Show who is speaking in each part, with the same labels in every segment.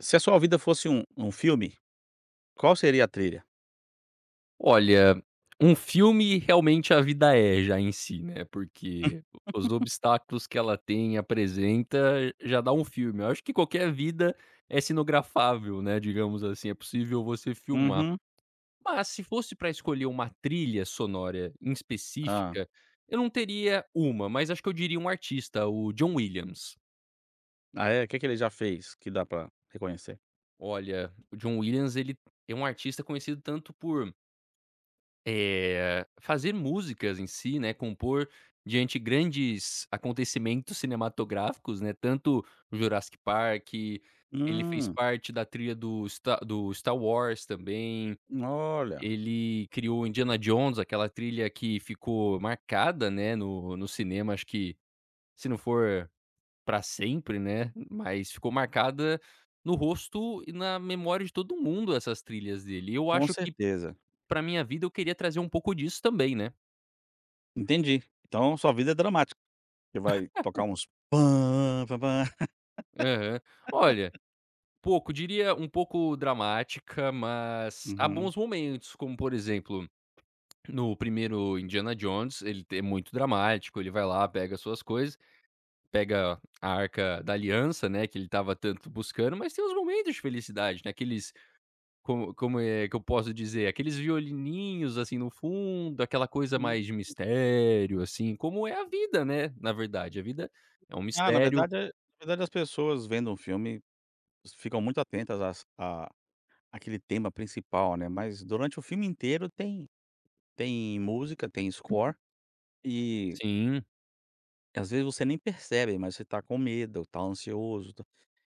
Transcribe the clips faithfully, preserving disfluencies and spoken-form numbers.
Speaker 1: Se a sua vida fosse um um filme, qual seria a trilha?
Speaker 2: Olha, um filme realmente a vida é já em si, né, porque os obstáculos que ela tem, e apresenta, já dá um filme. Eu acho que qualquer vida é cenografável, né, digamos assim, é possível você filmar.
Speaker 1: Uhum.
Speaker 2: Mas se fosse para escolher uma trilha sonora em
Speaker 1: Hã.
Speaker 2: específica, eu não teria uma, mas acho que eu diria um artista, o John Williams.
Speaker 1: Ah, é? O que que ele já fez que dá pra reconhecer?
Speaker 2: Olha, o John Williams ele é um artista conhecido tanto por Eh, fazer músicas em si, né, compor diante grandes acontecimentos cinematográficos, né, tanto o Jurassic Park, ele fez
Speaker 1: Hum,
Speaker 2: parte da trilha do Sta do Star Wars também,
Speaker 1: olha,
Speaker 2: ele criou Indiana Jones, aquela trilha que ficou marcada, né, no no cinema, acho que se não for para sempre, né, mas ficou marcada no rosto e na memória de todo mundo essas trilhas dele. E eu
Speaker 1: com
Speaker 2: acho que
Speaker 1: certeza.
Speaker 2: para minha vida eu queria trazer um pouco disso também, né.
Speaker 1: Entendi. Então sua vida é dramática, você vai tocar uns pã pã pã.
Speaker 2: Aham. Olha, pouco, diria um pouco dramática, mas há
Speaker 1: Uhum.
Speaker 2: bons momentos, como por exemplo, no primeiro Indiana Jones, ele é muito dramático, ele vai lá, pega suas coisas, pega a Arca da Aliança, né, que ele estava tanto buscando, mas tem uns momentos de felicidade, né, aqueles como como é que eu posso dizer, aqueles violininhos, assim, no fundo, aquela coisa
Speaker 1: Hum.
Speaker 2: mais de mistério, assim, como é a vida, né, na verdade, a vida é um
Speaker 1: Ah, na
Speaker 2: mistério.
Speaker 1: verdade é, na verdade as pessoas vendo um filme ficam muito atentas às à àquele tema principal, né, mas durante o filme inteiro tem tem música, tem score e
Speaker 2: Sim,
Speaker 1: às vezes você nem percebe, mas você tá com medo, tá ansioso, tá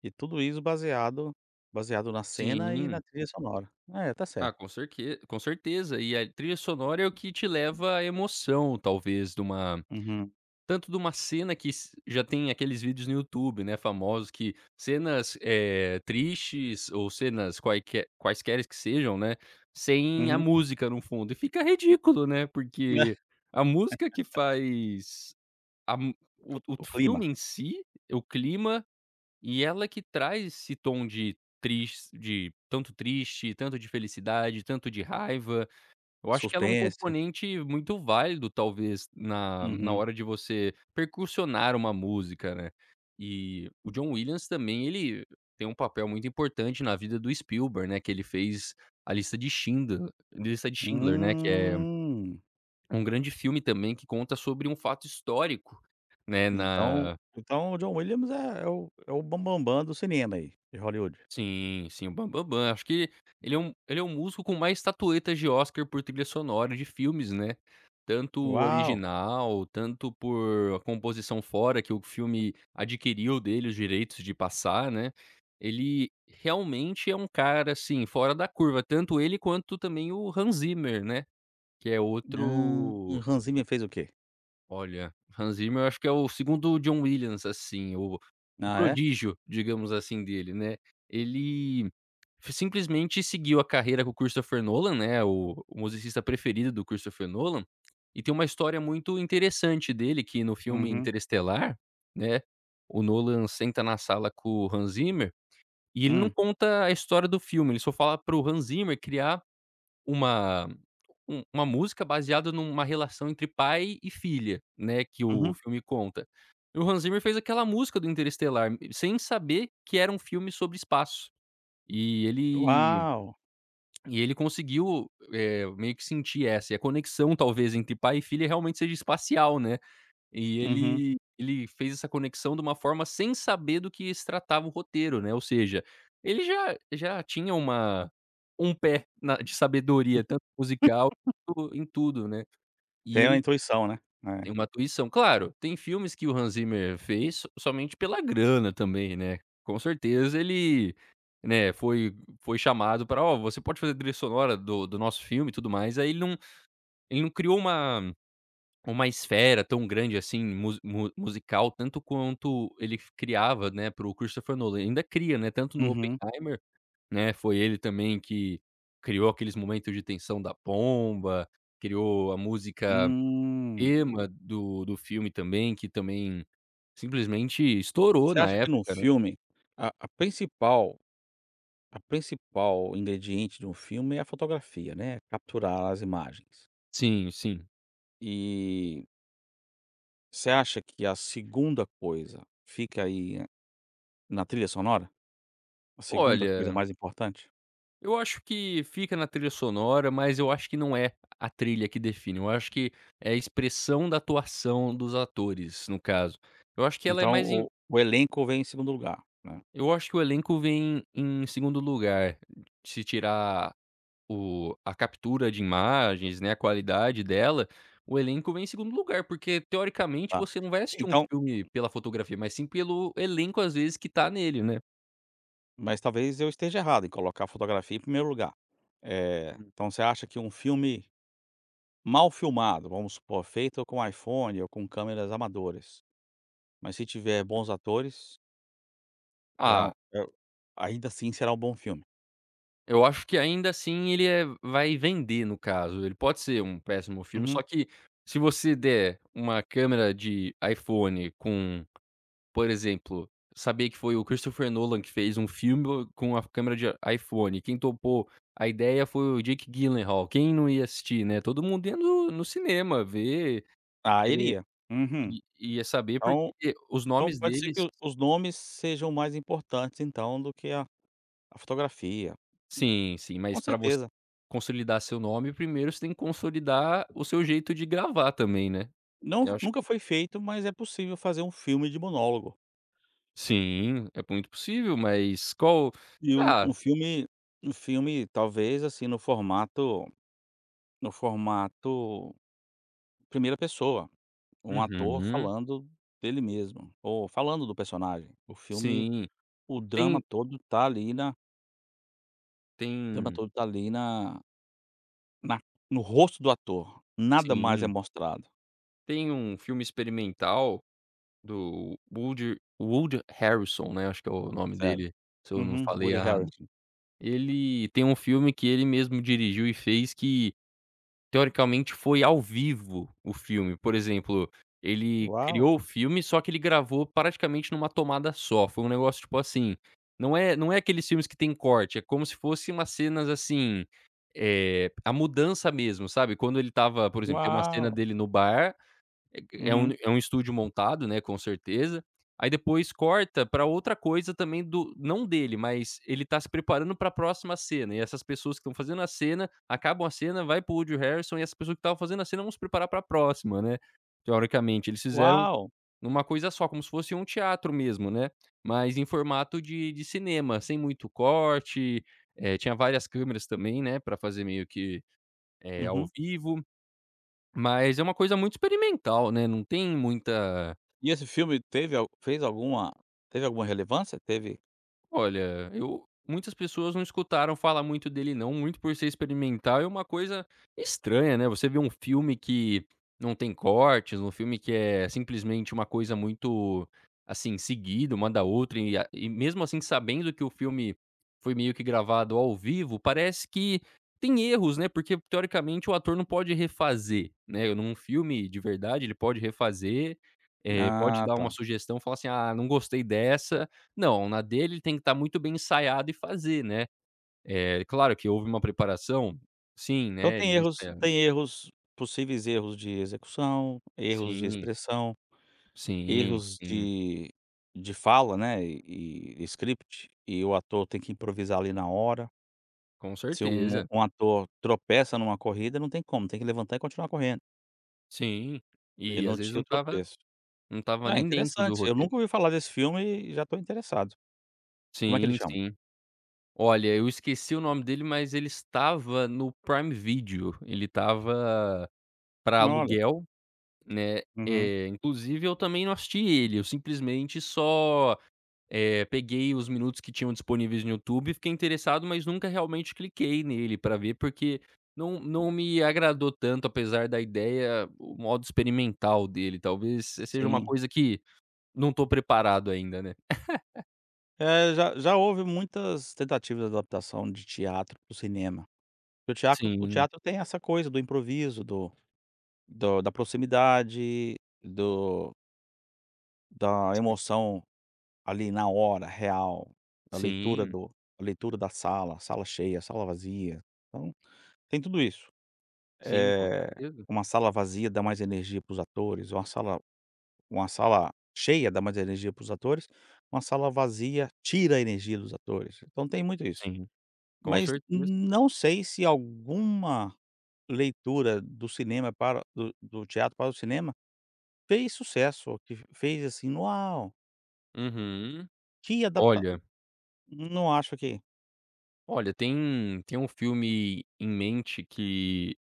Speaker 1: e tudo isso baseado baseado na cena e
Speaker 2: sim.
Speaker 1: na trilha sonora. É, tá
Speaker 2: Ah,
Speaker 1: certo.
Speaker 2: com cerque com certeza. E a trilha sonora é o que te leva à emoção, talvez, de uma
Speaker 1: Uhum,
Speaker 2: tanto de uma cena que s já tem aqueles vídeos no YouTube, né, famosos que cenas, eh, tristes ou cenas quaique quaisqueres que sejam, né, sem a
Speaker 1: uhum.
Speaker 2: música no fundo. E fica ridículo, né,
Speaker 1: É.
Speaker 2: porque a música que faz a mu o o
Speaker 1: O clima,
Speaker 2: filme em si, o clima e ela que traz esse tom de triste, de tanto triste, tanto de felicidade, tanto de raiva. Eu acho que ela é um
Speaker 1: suspense.
Speaker 2: componente muito válido, talvez, na na
Speaker 1: Uhum.
Speaker 2: hora de você percussionar uma música, né. E o John Williams também, ele tem um papel muito importante na vida do Spielberg, né, que ele fez A Lista de Schindler Lista de Schindler, né, que é
Speaker 1: Hum.
Speaker 2: um grande filme também que conta sobre um fato histórico, né.
Speaker 1: Então então o John Williams é é o é o bam do cinema aí, de Hollywood.
Speaker 2: Sim, sim, o Bam Bam Bam. Acho que ele é um ele é um músico com mais estatuetas de Oscar por trilha sonora de filmes, né. Tanto
Speaker 1: Uau!
Speaker 2: original, tanto por a composição fora que o filme adquiriu dele os direitos de passar, né. Ele realmente é um cara, assim, fora da curva, tanto ele quanto também o Hans Zimmer, né, que é
Speaker 1: Hã,
Speaker 2: outro.
Speaker 1: Hans Zimmer fez o quê?
Speaker 2: Olha, Hans Zimmer eu acho que é o segundo John Williams, assim, o o
Speaker 1: Ah, é?
Speaker 2: prodígio, digamos assim, dele, né. Ele f- simplesmente seguiu a carreira com o Christopher Nolan, né, o o musicista preferido do Christopher Nolan, e tem uma história muito interessante dele que no filme
Speaker 1: Uhum.
Speaker 2: Interestelar, né, o Nolan senta na sala com o Hans Zimmer, e ele não
Speaker 1: Hum.
Speaker 2: conta a história do filme, ele só fala para o Hans Zimmer criar uma um uma música baseada numa relação entre pai e filha, né, que o
Speaker 1: Uhum.
Speaker 2: filme conta. E o Hans Zimmer fez aquela música do Interestelar, m- sem saber que era um filme sobre espaço. E ele
Speaker 1: Uau!
Speaker 2: e ele conseguiu, eh, meio que sentir essa, e a conexão talvez entre pai e filha realmente seja espacial, né. E
Speaker 1: Uhum.
Speaker 2: ele ele fez essa conexão de uma forma sem saber do que se tratava o roteiro, né, ou seja, ele já já tinha uma um pé na de sabedoria, tanto musical, quanto em tudo, né. E
Speaker 1: Tem a
Speaker 2: ele
Speaker 1: intuição, né. É.
Speaker 2: tem uma atuação claro, tem filmes que o Hans Zimmer fez so- somente pela grana também, né, com certeza ele, né, foi foi chamado para "Ó, você pode fazer a trilha sonora do do nosso filme e tudo mais", aí ele não ele não criou uma uma esfera tão grande assim mu mu musical tanto quanto ele f criava, né, para o Christopher Nolan, ainda cria, né, tanto no
Speaker 1: Uhum.
Speaker 2: Oppenheimer, né, foi ele também que criou aqueles momentos de tensão da bomba, criou a música
Speaker 1: Hum.
Speaker 2: tema do do filme também, que também simplesmente estourou
Speaker 1: Você
Speaker 2: na
Speaker 1: acha que num
Speaker 2: época, né.
Speaker 1: filme, a a principal, a principal ingrediente de um filme é a fotografia, né, capturar as imagens.
Speaker 2: Sim, sim.
Speaker 1: E você acha que a segunda coisa fica aí na trilha sonora? A segunda coisa
Speaker 2: Olha,
Speaker 1: mais importante?
Speaker 2: eu acho que fica na trilha sonora, mas eu acho que não é a trilha que define, eu acho que é a expressão da atuação dos atores, no caso. Eu acho que ela é
Speaker 1: Então
Speaker 2: mais em
Speaker 1: o o elenco vem em segundo lugar, né,
Speaker 2: eu acho que o elenco vem em segundo lugar, se tirar o a captura de imagens, né, a qualidade dela, o elenco vem em segundo lugar, porque teoricamente
Speaker 1: tá.
Speaker 2: você não vai assistir um
Speaker 1: Então
Speaker 2: filme pela fotografia, mas sim pelo elenco às vezes que tá nele, né.
Speaker 1: mas talvez eu esteja errado em colocar a fotografia em primeiro lugar. Eh, então você acha que um filme mal filmado, vamos supor, feito com iPhone ou com câmeras amadoras, mas se tiver bons atores, é um
Speaker 2: Ah,
Speaker 1: é, ainda assim será um bom filme.
Speaker 2: eu acho que ainda assim ele é vai vender no caso, ele pode ser um péssimo filme,
Speaker 1: Uhum.
Speaker 2: só que se você der uma câmera de iPhone com. Por exemplo, sabia que foi o Christopher Nolan que fez um filme com a câmera de iPhone, quem topou a ideia foi o Jake Gyllenhaal, quem não ia assistir, né, todo mundo ia no no cinema ver,
Speaker 1: Ah,
Speaker 2: querer
Speaker 1: iria. Uhum.
Speaker 2: i ia saber porque
Speaker 1: Então
Speaker 2: os
Speaker 1: então
Speaker 2: nomes
Speaker 1: pode ser que
Speaker 2: deles
Speaker 1: o os nomes sejam mais importantes então do que a a fotografia.
Speaker 2: sim, sim, mas
Speaker 1: Com
Speaker 2: para você
Speaker 1: certeza.
Speaker 2: consolidar seu nome, primeiro você tem que consolidar o seu jeito de gravar também, né.
Speaker 1: Não,
Speaker 2: Eu acho
Speaker 1: nunca
Speaker 2: que
Speaker 1: foi feito, mas é possível fazer um filme de monólogo.
Speaker 2: sim, é muito possível, mas qual
Speaker 1: E um
Speaker 2: ah,
Speaker 1: um filme, um filme talvez, assim, no formato, no formato primeira pessoa, um ator
Speaker 2: uhum,
Speaker 1: falando dele mesmo, ou falando do personagem. O filme,
Speaker 2: sim,
Speaker 1: o drama
Speaker 2: tem
Speaker 1: todo tá ali na
Speaker 2: tem
Speaker 1: dramaturgo tá ali na na no rosto do ator, nada mais é
Speaker 2: sim.
Speaker 1: mostrado,
Speaker 2: Tem um filme experimental do Woody Woody Harrelson, né, acho que é o nome
Speaker 1: sério.
Speaker 2: dele, se eu não
Speaker 1: Uhum,
Speaker 2: falei
Speaker 1: Woody
Speaker 2: errado.
Speaker 1: Harrelson.
Speaker 2: Ele tem um filme que ele mesmo dirigiu e fez que, teoricamente, foi ao vivo o filme. Por exemplo, ele
Speaker 1: Uau,
Speaker 2: criou o filme, só que ele gravou praticamente numa tomada só, foi um negócio tipo assim, não é não é aqueles filmes que tem corte, é como se fosse umas cenas, assim, é a mudança mesmo, sabe. Quando ele estava por exemplo, tem uma cena
Speaker 1: uau,
Speaker 2: dele no bar é é um
Speaker 1: uhum,
Speaker 2: é um estúdio montado, né, com certeza. Aí depois corta pra outra coisa também do não dele, mas ele tá se preparando pra próxima cena, e essas pessoas que estão fazendo a cena, acabam a cena, vai pro Woody Harrison e essas pessoas que estavam fazendo a cena vão se preparar pra próxima, né, teoricamente. Eles fizeram
Speaker 1: uau,
Speaker 2: numa coisa só, como se fosse um teatro mesmo, né, mas em formato de de cinema, sem muito corte, eh, tinha várias câmeras também, né, pra fazer meio que, eh, ao
Speaker 1: uhum.
Speaker 2: vivo. Mas é uma coisa muito experimental, né, não tem muita.
Speaker 1: E esse filme teve al, fez alguma, teve alguma relevância? Teve?
Speaker 2: Olha, eu muitas pessoas não escutaram falar muito dele não, muito por ser experimental. É uma coisa estranha, né, você vê um filme que não tem cortes, um filme que é simplesmente uma coisa muito, assim, seguida uma da outra e a e mesmo assim sabendo que o filme foi meio que gravado ao vivo, parece que tem erros, né, porque teoricamente o ator não pode refazer, né, num filme de verdade ele pode refazer, eh, pode
Speaker 1: Ah,
Speaker 2: dar uma
Speaker 1: tá.
Speaker 2: sugestão, falar assim: "Ah, não gostei dessa", não, na dele ele tem que estar muito bem ensaiado e fazer, né. Eh, claro que houve uma preparação, sim,
Speaker 1: Então
Speaker 2: né,
Speaker 1: tem
Speaker 2: eles
Speaker 1: erros,
Speaker 2: esperam.
Speaker 1: tem erros possíveis, erros de execução, erros de
Speaker 2: Sim,
Speaker 1: expressão,
Speaker 2: sim,
Speaker 1: erros
Speaker 2: sim,
Speaker 1: de de fala, né, e e script, e o ator tem que improvisar ali na hora.
Speaker 2: com
Speaker 1: Se um
Speaker 2: certeza.
Speaker 1: um ator tropeça numa corrida, não tem como, tem que levantar e continuar correndo.
Speaker 2: Sim,
Speaker 1: Ele
Speaker 2: e às
Speaker 1: não
Speaker 2: vezes
Speaker 1: tinha
Speaker 2: não
Speaker 1: o
Speaker 2: estava
Speaker 1: tropeço.
Speaker 2: não estava
Speaker 1: Ah,
Speaker 2: nem dentro do
Speaker 1: interessante, eu
Speaker 2: roteiro.
Speaker 1: nunca ouvi falar desse filme e já estou interessado. Como é que ele
Speaker 2: Sim,
Speaker 1: chama?
Speaker 2: sim. Olha, eu esqueci o nome dele, mas ele estava no Prime Video, ele estava pra
Speaker 1: Olha.
Speaker 2: aluguel, né,
Speaker 1: Uhum.
Speaker 2: eh, inclusive eu também não assisti ele, eu simplesmente só Eh, peguei os minutos que tinham disponíveis no YouTube, fiquei interessado, mas nunca realmente cliquei nele para ver, porque não não me agradou tanto, apesar da ideia, o modo experimental dele. Talvez se seja uma
Speaker 1: Sim.
Speaker 2: coisa que não estou preparado ainda, né.
Speaker 1: É, já já houve muitas tentativas de adaptação de teatro para o cinema. O teatro o
Speaker 2: Sim,
Speaker 1: teatro tem essa coisa do improviso, do, do, da proximidade, do, da
Speaker 2: sim.
Speaker 1: emoção ali na hora, real, a leitura
Speaker 2: Sim,
Speaker 1: do, a leitura da sala, sala cheia, sala vazia, então tem tudo isso.
Speaker 2: sim, com
Speaker 1: Eh,
Speaker 2: certeza.
Speaker 1: uma sala vazia dá mais energia para os atores, uma sala, uma sala cheia dá mais energia para os atores, uma sala vazia tira a energia dos atores, então tem muito isso.
Speaker 2: Sim, com
Speaker 1: Mas
Speaker 2: certeza.
Speaker 1: não sei se alguma leitura do cinema para do do teatro para o cinema fez sucesso, que fez assim: "Uau,
Speaker 2: Uhum.
Speaker 1: que adapta".
Speaker 2: Olha
Speaker 1: Não acho que
Speaker 2: olha, tem tem um filme em mente que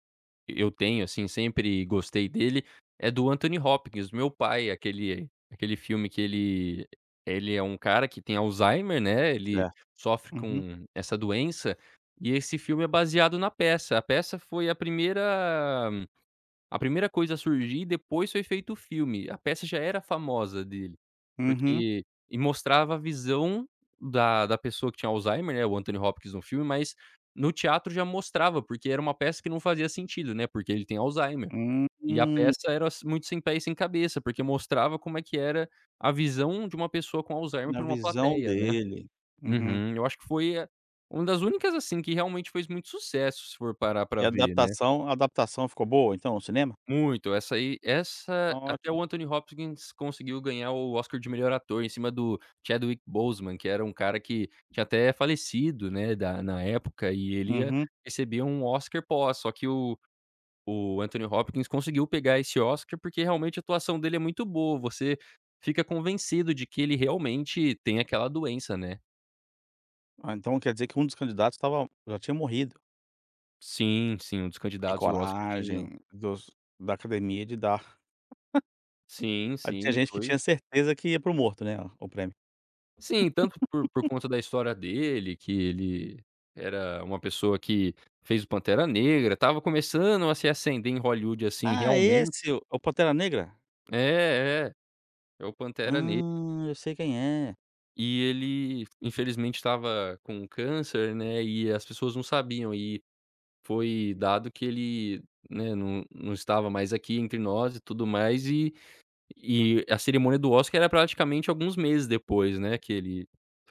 Speaker 2: eu tenho, assim, sempre gostei dele, é do Anthony Hopkins, meu pai, aquele aquele filme que ele ele é um cara que tem Alzheimer, né, ele
Speaker 1: é.
Speaker 2: sofre
Speaker 1: Uhum,
Speaker 2: com essa doença, e esse filme é baseado na peça. A peça foi a primeira a primeira coisa a surgir e depois foi feito o filme, a peça já era famosa dele,
Speaker 1: uhum.
Speaker 2: porque e mostrava a visão da da pessoa que tinha Alzheimer, né, o Anthony Hopkins no filme, mas no teatro já mostrava, porque era uma peça que não fazia sentido, né, porque ele tem Alzheimer. E a
Speaker 1: Hum,
Speaker 2: peça era s muito sem pé e sem cabeça, porque mostrava como é que era a visão de uma pessoa com Alzheimer
Speaker 1: na
Speaker 2: para uma
Speaker 1: visão
Speaker 2: plateia, né.
Speaker 1: dele. Uhum.
Speaker 2: Uhum. Eu acho que foi a uma das únicas, assim, que realmente fez muito sucesso, se for parar pra
Speaker 1: E a
Speaker 2: ver, né.
Speaker 1: adaptação a adaptação ficou boa então, o cinema?
Speaker 2: Muito, essa aí
Speaker 1: Ah,
Speaker 2: essa até
Speaker 1: ótimo.
Speaker 2: o Anthony Hopkins conseguiu ganhar o Oscar de melhor ator em cima do Chadwick Boseman, que era um cara que tinha até falecido, né, da na época e ele ia
Speaker 1: Uhum.
Speaker 2: receber um Oscar pós, só que o o Anthony Hopkins conseguiu pegar esse Oscar, porque realmente a atuação dele é muito boa, você fica convencido de que ele realmente tem aquela doença, né.
Speaker 1: Ah, então quer dizer que um dos candidatos estava, já tinha morrido.
Speaker 2: Sim, sim, um dos
Speaker 1: Que
Speaker 2: candidatos do Oscar tinha.
Speaker 1: coragem dos, da academia de dar,
Speaker 2: Sim,
Speaker 1: ah, tinha
Speaker 2: sim,
Speaker 1: gente que
Speaker 2: foi.
Speaker 1: tinha certeza que ia pro morto, né, o o prêmio.
Speaker 2: Sim, tanto por por conta da história dele, que ele era uma pessoa que fez o Pantera Negra, estava começando a se acender em Hollywood, assim,
Speaker 1: "Ah,
Speaker 2: realmente.
Speaker 1: esse o o Pantera Negra?
Speaker 2: É, é, é o Pantera Negra.
Speaker 1: Hum, eu sei quem é.
Speaker 2: E ele infelizmente estava com câncer, né, e as pessoas não sabiam, e foi dado que ele, né, não não estava mais aqui entre nós e tudo mais, e e a cerimônia do Oscar era praticamente alguns meses depois, né, que ele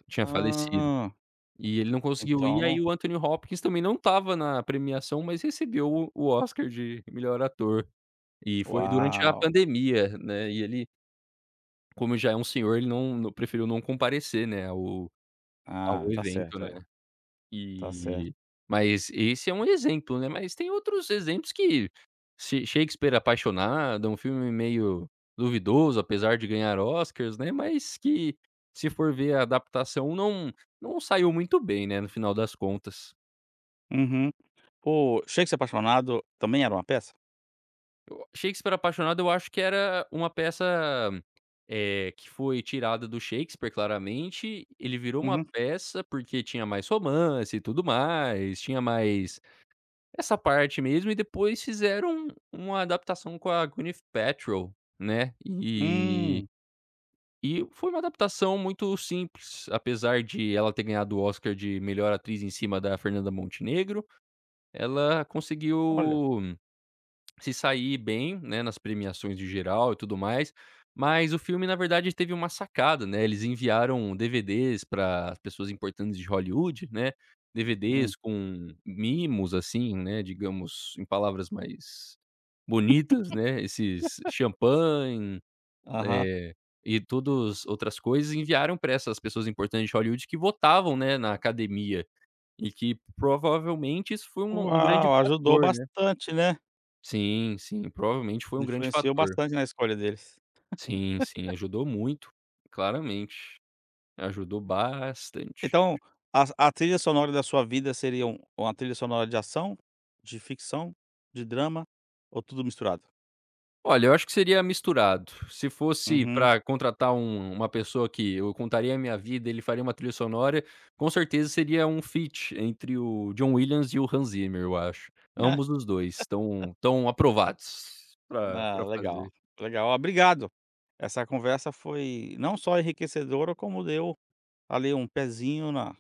Speaker 2: tinha falecido.
Speaker 1: Ah,
Speaker 2: E ele não conseguiu
Speaker 1: então
Speaker 2: ir, aí
Speaker 1: não,
Speaker 2: o Anthony Hopkins também não estava na premiação, mas recebeu o o Oscar de melhor ator. E foi durante a
Speaker 1: uau.
Speaker 2: pandemia, né, e ele, como já é um senhor, ele não não preferiu não comparecer, né, ao
Speaker 1: Ah,
Speaker 2: ao
Speaker 1: tá
Speaker 2: evento,
Speaker 1: certo,
Speaker 2: né.
Speaker 1: é, tá
Speaker 2: E
Speaker 1: certo.
Speaker 2: mas esse é um exemplo, né, mas tem outros exemplos que She Shakespeare Apaixonada, um filme meio duvidoso, apesar de ganhar Oscars, né, mas que se for ver a adaptação não não saiu muito bem, né, no final das contas.
Speaker 1: Uhum. O Shakespeare Apaixonado também era uma peça?
Speaker 2: O Shakespeare Apaixonado eu acho que era uma peça, eh, que foi tirada do Shakespeare claramente, ele virou uma
Speaker 1: Uhum.
Speaker 2: peça, porque tinha mais romance e tudo mais, tinha mais essa parte mesmo, e depois fizeram uma adaptação com a Gwyneth Paltrow, né, e
Speaker 1: Hum,
Speaker 2: e foi uma adaptação muito simples, apesar de ela ter ganhado o Oscar de melhor atriz em cima da Fernanda Montenegro, ela
Speaker 1: olha.
Speaker 2: conseguiu se sair bem, né, nas premiações de geral e tudo mais, mas o filme na verdade teve uma sacada, né, eles enviaram D V Ds para as pessoas importantes de Hollywood, né,
Speaker 1: Hum.
Speaker 2: D V Ds com mimos, assim, né, digamos em palavras mais bonitas, né, esses champanhe,
Speaker 1: Aham.
Speaker 2: eh, e todos outras coisas, enviaram para essas pessoas importantes de Hollywood que votavam, né, na academia, e que provavelmente isso foi uma um grande
Speaker 1: Uau, ajudou
Speaker 2: fator, né.
Speaker 1: bastante, né.
Speaker 2: Sim, sim, provavelmente foi um grande
Speaker 1: Influenciou
Speaker 2: fator.
Speaker 1: bastante na escolha deles.
Speaker 2: Sim, sim, ajudou muito, claramente, ajudou bastante.
Speaker 1: Então, as a trilha sonora da sua vida seriam uma trilha sonora de ação, de ficção, de drama ou tudo misturado?
Speaker 2: Olha, eu acho que seria misturado. Se fosse
Speaker 1: Uhum.
Speaker 2: pra contratar um uma pessoa que eu contaria a minha vida, ele faria uma trilha sonora, com certeza seria um feat entre o John Williams e o Hans Zimmer, eu acho.
Speaker 1: É.
Speaker 2: Ambos os dois estão estão aprovados pra
Speaker 1: Ah,
Speaker 2: pra
Speaker 1: legal,
Speaker 2: fazer.
Speaker 1: legal. Obrigado. Essa conversa foi não só enriquecedora, como deu ali um pezinho na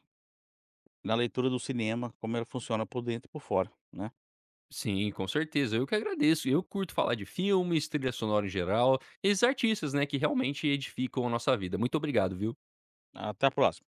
Speaker 1: na leitura do cinema, como ele funciona por dentro e por fora, né.
Speaker 2: Sim, com certeza. Eu que agradeço. Eu curto falar de filmes, trilha sonora em geral, esses artistas, né, que realmente edificam a nossa vida. Muito obrigado, viu?
Speaker 1: Até a próxima.